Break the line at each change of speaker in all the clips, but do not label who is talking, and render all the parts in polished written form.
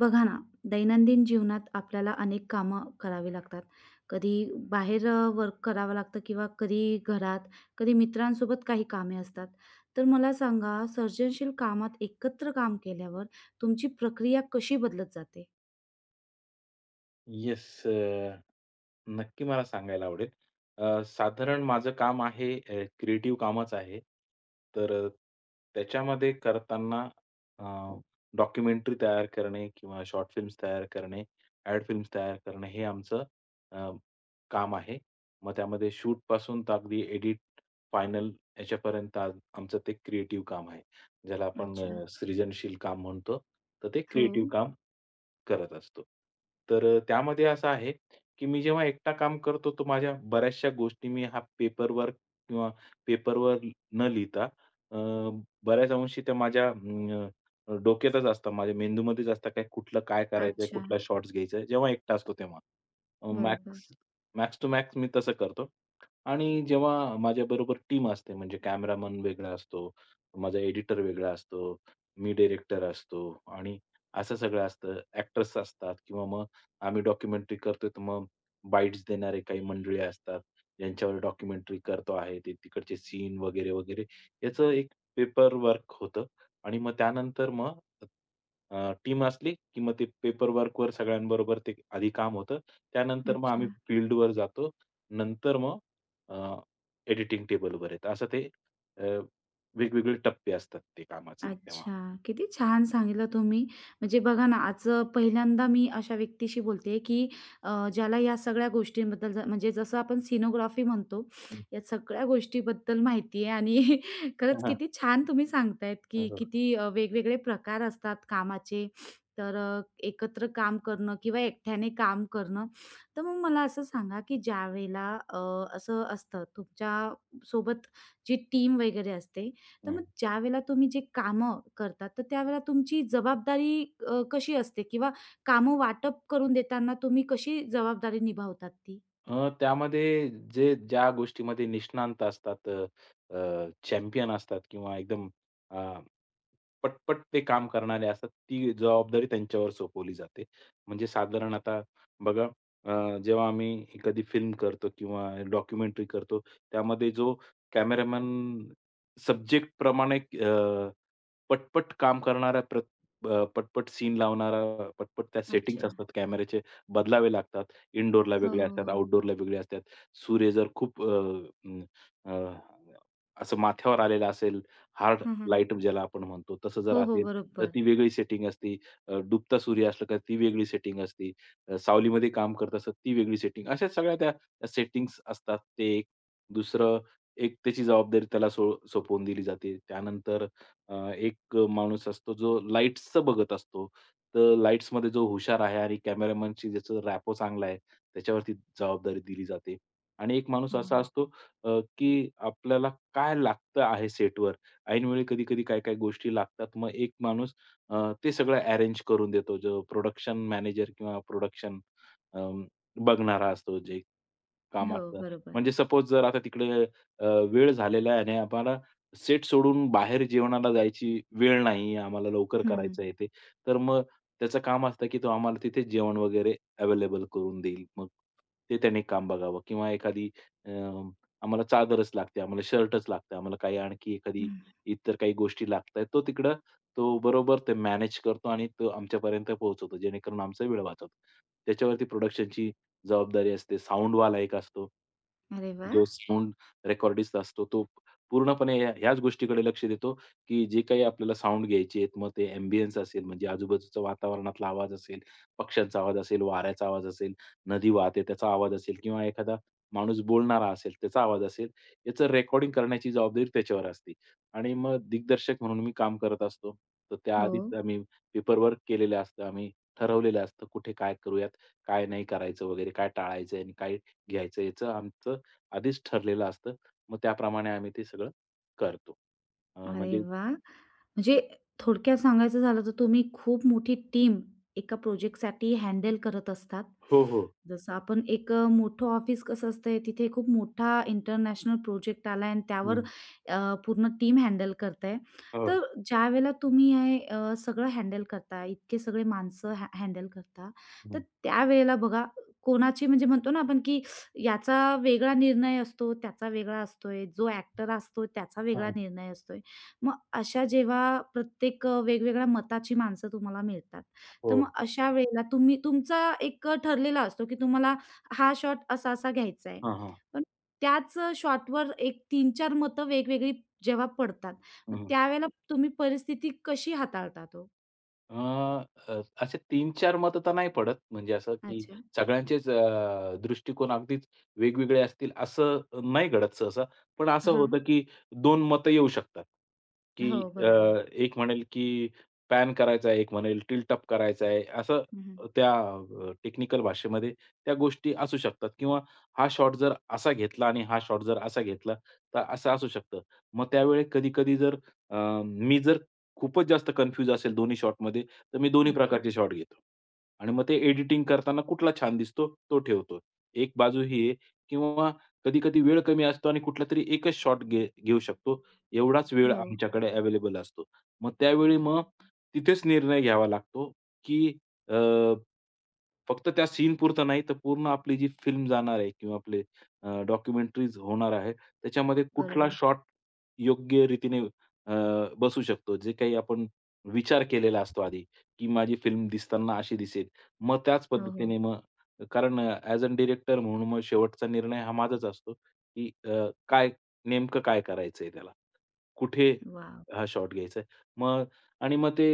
बघा ना, दैनंदिन जीवनात आपल्याला अनेक कामं करावी लागतात. कधी बाहेर वर्क करावं लागतं किंवा कधी घरात, कधी मित्रांसोबत काही कामे असतात. तर मला सांगा, सर्जनशील कामात एकत्र काम केल्यावर तुमची प्रक्रिया कशी बदलत जाते?
यिस यू नक्की मला सांगायला आवडेल. साधारण माझं काम आहे, क्रिएटिव्ह कामच आहे. तर त्याच्यामध्ये करताना अ, डॉक्युमेंटरी तयार करणे किंवा शॉर्ट फिल्म्स तयार करणे, ॲड फिल्म्स तयार करणे हे आमचं अ, काम आहे. मग त्यामध्ये शूटपासून तर अगदी एडिट, फायनल याच्यापर्यंत आज आमचं ते क्रिएटिव्ह काम आहे. ज्याला आपण
अच्छा.
सृजनशील काम म्हणतो. तर ते
हो.
क्रिएटिव्ह काम करत असतो. तर त्यामध्ये असं आहे की मी जेव्हा एकटा काम करतो, तर माझ्या बऱ्याचशा गोष्टी मी हा पेपरवर्क किंवा पेपरवर न लिहिता अ, बऱ्याच अंशी त्या माझ्या डोक्यातच असतात, माझ्या मेंदूमध्येच असतात, काय कुठलं काय करायचंय,
अच्छा.
कुठला शॉट्स घ्यायचा आहे, जेव्हा एकटा असतो तेव्हा.
बरोबर.
मॅक्स मॅक्स टू मॅक्स मी तसं करतो. आणि जेव्हा माझ्याबरोबर टीम असते, म्हणजे कॅमेरामन वेगळा असतो, माझा एडिटर वेगळा असतो, मी डायरेक्टर असतो आणि असं सगळं असतं. एक्टर्स असतात किंवा मग आम्ही डॉक्युमेंटरी करतोय, तर मग बाईट्स देणारे काही मंडळी असतात, ज्यांच्यावर डॉक्युमेंटरी करतो आहे, ते तिकडचे सीन वगैरे, वगैरे. याचं एक पेपर वर्क होतं. आणि मग त्यानंतर मग टीम असली, की मग ते पेपर वर्कवर सगळ्यांबरोबर ते आधी काम होतं. त्यानंतर मग आम्ही
अच्छा.
फील्डवर जातो. नंतर मग एडिटिंग टेबलवर येतं. असं ते अ, वेगवेगळे टप्पे असतात ते कामाचे तेव्हा.
अच्छा. किती छान सांगितलं तुम्ही. म्हणजे बघा ना, आज पहिल्यांदा मी अशा व्यक्तीशी बोलते की ज्याला या सगळ्या गोष्टींबद्दल म्हणजे जसं आपण सीनोग्राफी म्हणतो,
हं.
या सगळ्या गोष्टीबद्दल माहिती आहे आणि खरंच
हां, हां.
किती छान तुम्ही सांगतायत,
हो,
की
हो.
किती वेगवेगळे प्रकार असतात कामाचे. तर एकत्र काम करणं किंवा एकट्याने काम करणं. तर मग मला असं सांगा, की ज्यावेळेला असं असतं तुमच्या सोबत जी टीम वगैरे असते, तर
हं.
मग ज्यावेळेला तुम्ही जे कामं करतात, तर त्यावेळेला तुमची जबाबदारी कशी असते किंवा कामं वाटप करून देताना तुम्ही कशी जबाबदारी निभावतात ती?
त्यामध्ये ज्या गोष्टीमध्ये निष्णांत असतात, चॅम्पियन असतात किंवा एकदम अ, पटपट ते काम करणारे असतात, ती जबाबदारी त्यांच्यावर सोपवली जाते. म्हणजे साधारण आता बघा, जेव्हा आम्ही एखादी फिल्म करतो किंवा डॉक्युमेंटरी करतो, त्यामध्ये जो कॅमेरामन सब्जेक्टप्रमाणे अ, पटपट काम करणारा प्र अ, पटपट सीन लावणारा, पटपट त्या
अच्छा.
सेटिंग्ज असतात कॅमेऱ्याचे बदलावे लागतात. इनडोअरला
हो,
वेगळे
हो,
असतात,
हो.
आउटडोअरला वेगळे असतात. सूर्य जर खूप अं, अ, असं माथ्यावर आलेला असेल, हार्ड
हं, हं, हं.
लाईट ज्याला आपण म्हणतो, तसं जर
हो, हो.
असेल, तर
बरोबर.
ती वेगळी सेटिंग असती. डुबता सूर्य असला का ती वेगळी सेटिंग असती. सावलीमध्ये काम करत असतात, ती वेगळी सेटिंग. अशा सगळ्या त्या सेटिंग्ज असतात. ते एक. दुसरं, एक त्याची जबाबदारी त्याला सोपवून दिली जाते. त्यानंतर एक माणूस असतो जो लाईट्सचं बघत असतो. तर लाईट्समध्ये जो हुशार आहे आणि कॅमेरामनची ज्याचं रॅपो चांगला आहे, त्याच्यावरती जबाबदारी दिली जाते. आणि एक माणूस
हो,
असा
हो.
असतो की आपल्याला काय लागतं आहे सेटवर. ऐनवेळी कधी-कधी काय-काय गोष्टी लागतात. मग एक माणूस ते सगळं अरेंज करून देतो. जो प्रोडक्शन मॅनेजर किंवा प्रोडक्शन बघणारा असतो जे काम
हो,
असतं.
बरोबर.
म्हणजे सपोज जर आता तिकडे अ, वेळ झालेला आहे आणि आम्हाला सेट सोडून बाहेर जेवणाला जायची वेळ नाही, आम्हाला लवकर
हं, हं.
करायचं आहे ते. तर मग त्याचं काम असतं, की तो आम्हाला तिथे जेवण वगैरे अवेलेबल करून देईल. मग ते त्याने काम बघावं किंवा एखादी अ, आम्हाला चादरच लागते, आम्हाला शर्टच लागतं, आम्हाला काही आणखी एखादी
हं.
इतर काही गोष्टी लागतायत. तो तिकडं तो बरोबर ते मॅनेज करतो आणि तो आमच्यापर्यंत पोहोचवतो, जेणेकरून आमचा वेळ वाचवतो. त्याच्यावरती प्रोडक्शनची जबाबदारी असते. साउंडवाला एक असतो.
अरे वाह!
जो साउंड रेकॉर्डिस्ट असतो, तो पूर्णपणे ह्याच गोष्टीकडे लक्ष देतो, की जे काही आपल्याला साउंड घ्यायचे आहेत, मग ते अँबियन्स असेल, म्हणजे आजूबाजूचा वातावरणातला आवाज असेल, पक्ष्यांचा आवाज असेल, वाऱ्याचा आवाज असेल, नदी वाहते त्याचा आवाज असेल किंवा एखादा माणूस बोलणारा असेल, त्याचा आवाज असेल, याचं रेकॉर्डिंग करण्याची जबाबदारी त्याच्यावर असते. आणि मग दिग्दर्शक म्हणून मी काम करत असतो. तर
हो.
त्याआधीच आम्ही पेपरवर्क केलेलं असतं. आम्ही ठरवलेलं असतं, कुठे काय करूयात, काय नाही करायचं वगैरे, काय टाळायचं आणि काय घ्यायचं, याचं आमचं आधीच ठरलेलं असतं. मग त्याप्रमाणे आम्ही ते सगळं करतो.
अरे
म्हणजे
वाह! म्हणजे थोडक्यात सांगायचं झालं तर तुम्ही खूप मोठी टीम एका प्रोजेक्टसाठी हँडल करत असतात.
हो, हो.
जसं आपण एक मोठं ऑफिस कसं असतंय तिथे खूप मोठा इंटरनॅशनल प्रोजेक्ट आलाय आणि त्यावर
हं.
पूर्ण टीम हँडल करताय.
हो.
तर ज्यावेळेला तुम्ही हे सगळं हँडल करता, इतके सगळे माणसं हँडल करता, तर
हं.
त्यावेळेला बघा कोणाची म्हणजे म्हणतो ना आपण की याचा वेगळा निर्णय असतो, त्याचा वेगळा असतोय, जो ॲक्टर असतो त्याचा वेगळा
हां.
निर्णय असतोय. मग अशा जेव्हा प्रत्येक वेगवेगळ्या मताची माणसं तुम्हाला मिळतात, तर
हो.
मग अशा वेळेला तुम्ही तुमचा एक ठरलेला असतो, की तुम्हाला हा शॉट असा-असा घ्यायचा आहे.
हां, हां.
पण त्याच शॉटवर एक तीन चार मतं वेगवेगळी जेव्हा पडतात, मग
हं,
त्यावेळेला तुम्ही परिस्थिती कशी हाताळतात ओ?
अ, अ, असे 3-4 मतं तर नाही पडत. म्हणजे असं की
अच्छा.
सगळ्यांचेच दृष्टिकोन अगदीच वेगवेगळे असतील असं नाही घडत सहसा. पण असं
हां.
होतं की दोन मतं येऊ शकतात. की
हो,
अ,
बरोबर.
एक म्हणेल की पॅन करायचा आहे, एक म्हणेल टिल्ट अप करायचा आहे. असं
हं, हं.
त्या टेक्निकल भाषेमध्ये त्या गोष्टी असू शकतात किंवा हा शॉट जर असा घेतला आणि हा शॉट जर असा घेतला, तर असं असू शकतं. मग त्यावेळी कधी-कधी जर अ, मी जर खूपच जास्त कन्फ्यूज असेल दोन्ही शॉटमध्ये, तर मी दोन्ही
ओके.
प्रकारचे शॉट घेतो. आणि मग ते एडिटिंग करताना कुठला छान दिसतो तो ठेवतो. एक बाजू ही आहे किंवा कधी-कधी वेळ कमी असतो आणि कुठलातरी एकच शॉट घेऊ शकतो. एवढाच वेळ
हो,
आमच्याकडे अवेलेबल असतो. मग त्यावेळी मग तिथेच निर्णय घ्यावा लागतो, की अ, फक्त त्या सीनपुरतं नाही, तर पूर्ण आपली जी फिल्म जाणार आहे किंवा आपले डॉक्युमेंटरीज होणार आहे, त्याच्यामध्ये कुठला
बरोबर.
शॉट योग्य रीतीने अ, बसू शकतो. जे काही आपण विचार केलेला असतो आधी, की माझी फिल्म दिसताना अशी दिसेल. मग त्याच
हो, हो.
पद्धतीने मग कारण ॲज अ डिरेक्टर म्हणून मग शेवटचा निर्णय हा माझाच असतो, की अ, काय नेमकं काय करायचंय त्याला? कुठे
वॉव!
हा शॉट घ्यायचा आहे? मग आणि मग ते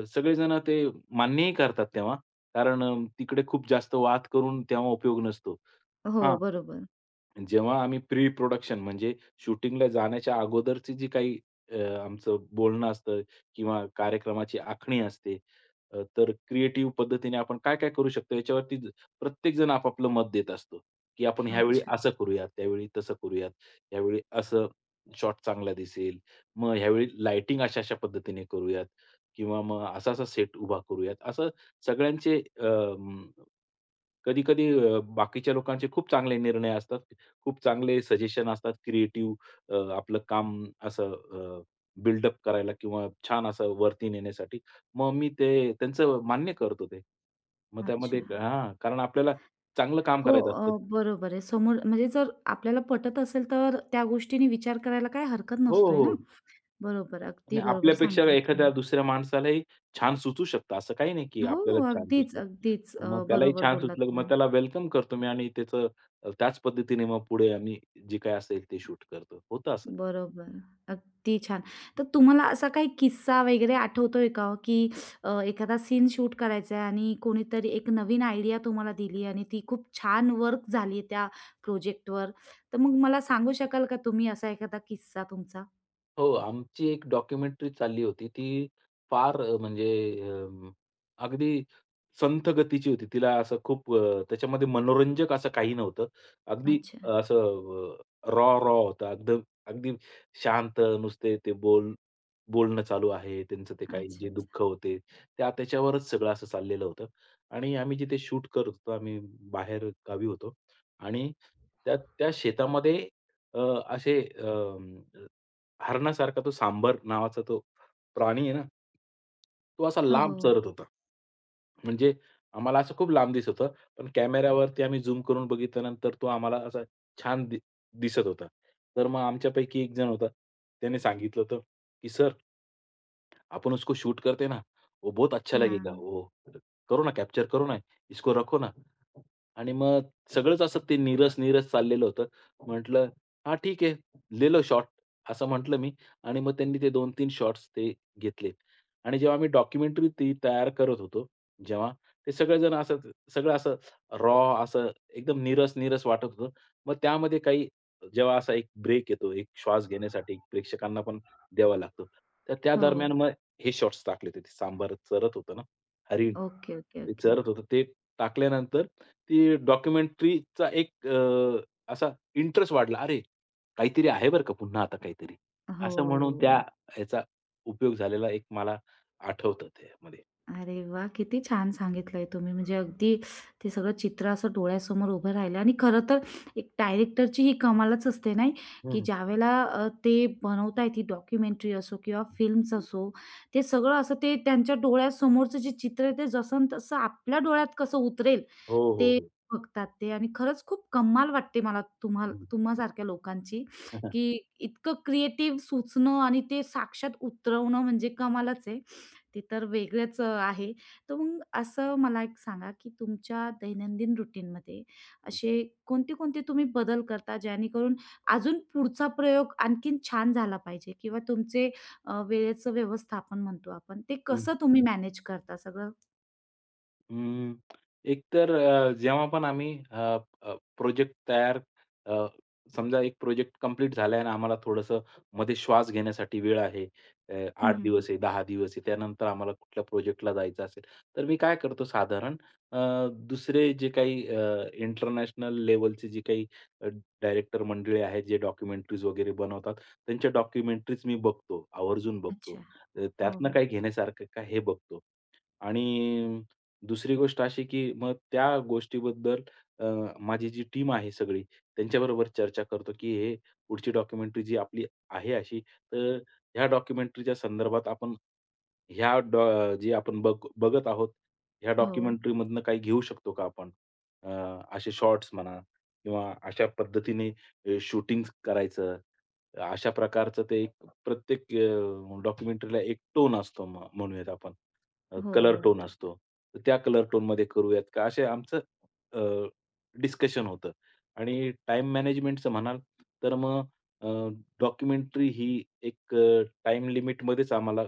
सगळेजण ते मान्यही करतात तेव्हा. कारण तिकडे खूप जास्त वाद करून तेव्हा उपयोग नसतो.
हो,
हां.
बरोबर.
जेव्हा आम्ही प्री प्रोडक्शन म्हणजे शूटिंगला जाण्याच्या अगोदरची जी काही अ, आमचं बोलणं असतं किंवा कार्यक्रमाची आखणी असते, तर क्रिएटिव्ह पद्धतीने आपण काय-काय करू शकतो याच्यावरती प्रत्येक जण आपापलं मत देत असतो, की आपण ह्यावेळी
अच्छा,
असं करूयात, त्यावेळी तसं करूयात, यावेळी असं शॉट चांगला दिसेल, मग ह्यावेळी लाइटिंग अशा-अशा पद्धतीने करूयात किंवा मग असा-असा सेट उभा करूयात. असं सगळ्यांचे कधी-कधी बाकीच्या लोकांचे खूप चांगले निर्णय असतात. खूप चांगले सजेशन असतात. क्रिएटिव्ह आपलं काम असं बिल्डअप करायला किंवा छान असं वरती नेण्यासाठी. मग मी ते त्यांचं मान्य करतो ते. मग
अच्छा.
त्यामध्ये हां, कारण आपल्याला चांगलं काम
हो,
करायचं असतं.
बरोबर आहे. समोर म्हणजे जर आपल्याला पटत असेल, तर त्या गोष्टीने विचार करायला काही हरकत
हो,
नसतोय ना.
हो.
बरोबर, अगदी
आणि
बरोबर
आपल्यापेक्षा
सांगितलं
एखाद्या
तुम्ही.
दुसऱ्या माणसालाही छान सुचू शकतं. असं काही नाही की
हो, हो,
आपल्यालाच छान
अगदीच,
सुचतं.
अगदीच.
मग त्यालाही
बरोबर
छान
बोललात
सुचलं, मग
तुम्ही.
त्याला वेलकम करतो मी आणि त्याचं त्याच पद्धतीने मग पुढे आम्ही जे काही असेल ते शूट करतो. होतं असं.
बरोबर, अगदी छान. तर तुम्हाला असा काही किस्सा वगैरे आठवतोय का हो, की एखादा सीन शूट करायचा आहे आणि कोणीतरी एक नवीन आयडिया तुम्हाला दिली आणि ती खूप छान वर्क झाली त्या प्रोजेक्टवर. तर मग मला सांगू शकाल का तुम्ही असा एखादा किस्सा तुमचा?
हो, आमची एक डॉक्युमेंटरी चालली होती. ती फार म्हणजे अ, अगदी संथ गतीची होती. तिला असं खूप त्याच्यामध्ये मनोरंजक असं काही नव्हतं. अगदी
अच्छा,
असं असं रॉ होतं. अगदी अगदी शांत नुसते ते बोलणं चालू आहे. त्यांचं ते काही
अच्छा,
जे
अच्छा.
दुःख होते, त्याच्यावरच सगळं असं चाललेलं होतं. आणि आम्ही जिथे शूट करत होतो, आम्ही बाहेरगावी होतो आणि त्या त्या शेतामध्ये अ, असे हरणासारखा तो सांबर नावाचा तो प्राणी आहे ना, तो असा
हो, हो.
लांब
हो.
चरत होता. म्हणजे आम्हाला असं खूप लांब दिसत होतं. पण कॅमेऱ्यावरती आम्ही झूम करून बघितल्यानंतर तो आम्हाला असा छान दिसत होता. तर मग आमच्यापैकी एक जण होता. त्याने सांगितलं होतं, की "सर, अपन उसको शूट करते ना, वो बहुत अच्छा लगेगा.
हां.
वो करो ना, कॅप्चर करो ना, इसको रखो ना." आणि मग सगळंच असं ते नीरस-नीरस चाललेलं होतं. म्हटलं, "हां, ठीक है, ले लो शॉट." असं म्हटलं मी आणि मग त्यांनी ते 2-3 शॉट्स ते घेतले. आणि जेव्हा आम्ही डॉक्युमेंटरी ती तयार करत होतो, जेव्हा ते सगळेजण असं सगळं असं रॉ असं एकदम नीरस-नीरस वाटत होतं. मग त्यामध्ये काही जेव्हा असा एक ब्रेक येतो, एक श्वास घेण्यासाठी प्रेक्षकांना पण द्यावा लागतो. तर त्या
हो.
दरम्यान मग हे शॉट्स टाकले होते. ते सांबार चरत होतं ना, हरीण.
ओके, ओके,
ते
ओके.
चरत होतं. ते टाकल्यानंतर ती डॉक्युमेंटरीचा एक असा इंटरेस्ट वाढला. अरे, काहीतरी आहे बरं का पुन्हा आता काहीतरी.
हो.
असं म्हणून त्या ह्याचा उपयोग झालेला एक मला आठवतं त्यामध्ये.
अरे वाह! किती छान सांगितलंय तुम्ही. म्हणजे अगदी ते सगळं चित्र असं डोळ्यासमोर उभं राहिलं आणि खरं तर एक डायरेक्टरची ही कमालच असते नाही, की
हं, हं.
ज्यावेळेला ते बनवताय ती डॉक्युमेंटरी असो किंवा फिल्म्स असो, ते सगळं असं ते त्यांच्या डोळ्यासमोरचं जे चित्र आहे ते जसं न तसं आपल्या डोळ्यात कसं उतरेल
हो, हो,
ते
हो.
बघतात ते आणि खरंच खूप कमाल वाटते मला तुम्हासारख्या लोकांची,
हं, हं.
की इतकं क्रिएटिव्ह सुचणं आणि ते साक्षात उतरवणं म्हणजे कमालच आहे. ते तर वेगळंच आहे. तर मग असं मला एक सांगा, की तुमच्या दैनंदिन रूटीनमध्ये
हं.
असे कोणते-कोणते तुम्ही बदल करता, जेणेकरून अजून पुढचा प्रयोग आणखीन छान झाला पाहिजे किंवा तुमचे वेळेचं व्यवस्थापन म्हणतो आपण, ते कसं तुम्ही मॅनेज करता सगळं?
हं, एकतर जेव्हा पण आम्ही प्रोजेक्ट तयार अ, समजा एक प्रोजेक्ट कंप्लीट झाला आहे आणि आम्हाला थोडंसं मध्ये श्वास घेण्यासाठी वेळ आहे.
हं,
आठ
हं, हं.
दिवस आहे, 10 दिवस आहे. त्यानंतर आम्हाला कुठल्या प्रोजेक्टला जायचं असेल, तर मी काय करतो साधारण अ, दुसरे जे काही इंटरनॅशनल लेव्हलचे जे काही डायरेक्टर मंडळी आहेत, जे डॉक्युमेंटरीज वगैरे बनवतात, त्यांच्या डॉक्युमेंटरीज मी बघतो, आवर्जून बघतो.
अच्छा. हो,
त्यातनं
हो.
काय घेण्यासारखं का हे बघतो. आणि दुसरी गोष्ट अशी, की मग त्या गोष्टीबद्दल अ, माझी जी टीम आहे सगळी, त्यांच्याबरोबर चर्चा करतो, की हे पुढची डॉक्युमेंटरी जी आपली आहे अशी, तर ह्या डॉक्युमेंटरीच्या संदर्भात आपण ह्या डॉ जे आपण बघत आहोत, ह्या
हो.
डॉक्युमेंटरीमधनं काही घेऊ शकतो का आपण? अ, असे शॉट्स म्हणा किंवा अशा पद्धतीने शूटिंग करायचं. अशा प्रकारचं ते एक प्रत्येक डॉक्युमेंटरीला एक टोन असतो म्हणूयात आपण.
हो,
कलर
हो.
टोन असतो. तर त्या कलर टोनमध्ये करूयात का? असे आमचं अ, डिस्कशन होतं. आणि टाईम मॅनेजमेंटचं म्हणाल, तर मग डॉक्युमेंटरी ही एक टाईम लिमिटमध्येच आम्हाला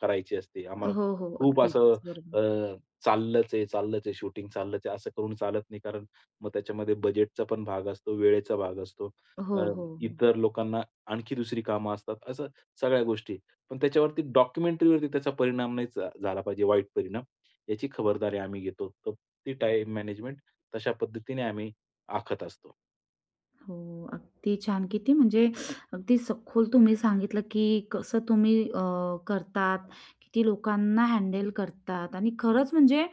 करायची असते. आम्हाला
हो, हो.
खूप
अगदीच.
असं अ,
बरोबर.
चाललंच आहे, चाललंच आहे, शूटिंग चाललंच आहे, असं करून चालत नाही. कारण मग त्याच्यामध्ये बजेटचा पण भाग असतो, वेळेचा भाग असतो.
हो,
अ,
हो, हो.
इतर लोकांना आणखी दुसरी कामं असतात, असं सगळ्या गोष्टी. पण त्याच्यावरती डॉक्युमेंटरीवरती त्याचा परिणाम नाही झाला पाहिजे, वाईट परिणाम. याची खबरदारी आम्ही घेतो. तर ती टाईम मॅनेजमेंट तशा पद्धतीने आम्ही आखत असतो.
हो, अगदी छान. किती म्हणजे अगदी सखोल तुम्ही सांगितलं, की कसं तुम्ही करतात, किती लोकांना हँडल करतात आणि खरंच म्हणजे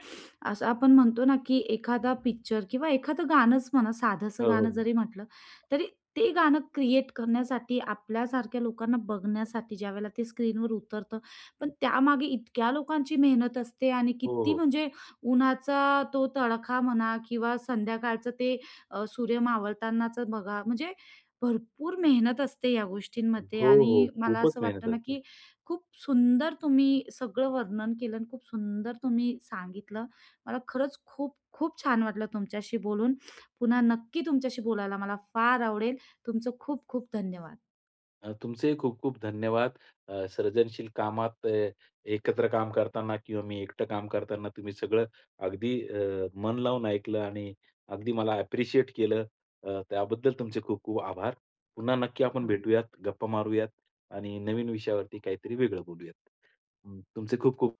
असं आपण म्हणतो ना, की एखादा पिक्चर किंवा एखादं गाणंच म्हणा, साधंसं
हो, हो,
गाणं
हो.
जरी म्हटलं, तरी ते गाणं क्रिएट करण्यासाठी आपल्यासारख्या लोकांना बघण्यासाठी ज्यावेळेला ते स्क्रीनवर उतरतं, पण त्यामागे इतक्या लोकांची मेहनत असते आणि
हो,
किती
हो.
म्हणजे उन्हाचा तो तडका म्हणा किंवा संध्याकाळचं ते सूर्य मावळतानाच बघा, म्हणजे भरपूर मेहनत असते या गोष्टींमध्ये
हो, हो.
आणि मला असं
खूपच मेहनत
वाटतं ना,
असते.
की खूप सुंदर तुम्ही सगळं वर्णन केलं आणि खूप सुंदर तुम्ही सांगितलं. मला खरंच खूप खूप छान वाटलं तुमच्याशी बोलून. पुन्हा नक्की तुमच्याशी बोलायला मला फार आवडेल. तुमचं खूप खूप धन्यवाद.
तुमचेही खूप खूप धन्यवाद. सर्जनशील कामात एकत्र काम करताना किंवा मी एकटं काम करताना तुम्ही सगळं अगदी मन लावून ऐकलं आणि अगदी मला ॲप्रिशिएट केलं. त्याबद्दल तुमचे खूप खूप आभार. पुन्हा नक्की आपण
हो.
भेटूयात, गप्पा मारूयात आणि नवीन विषयावरती काहीतरी वेगळं बोलूयात. तुमचे खूप खूप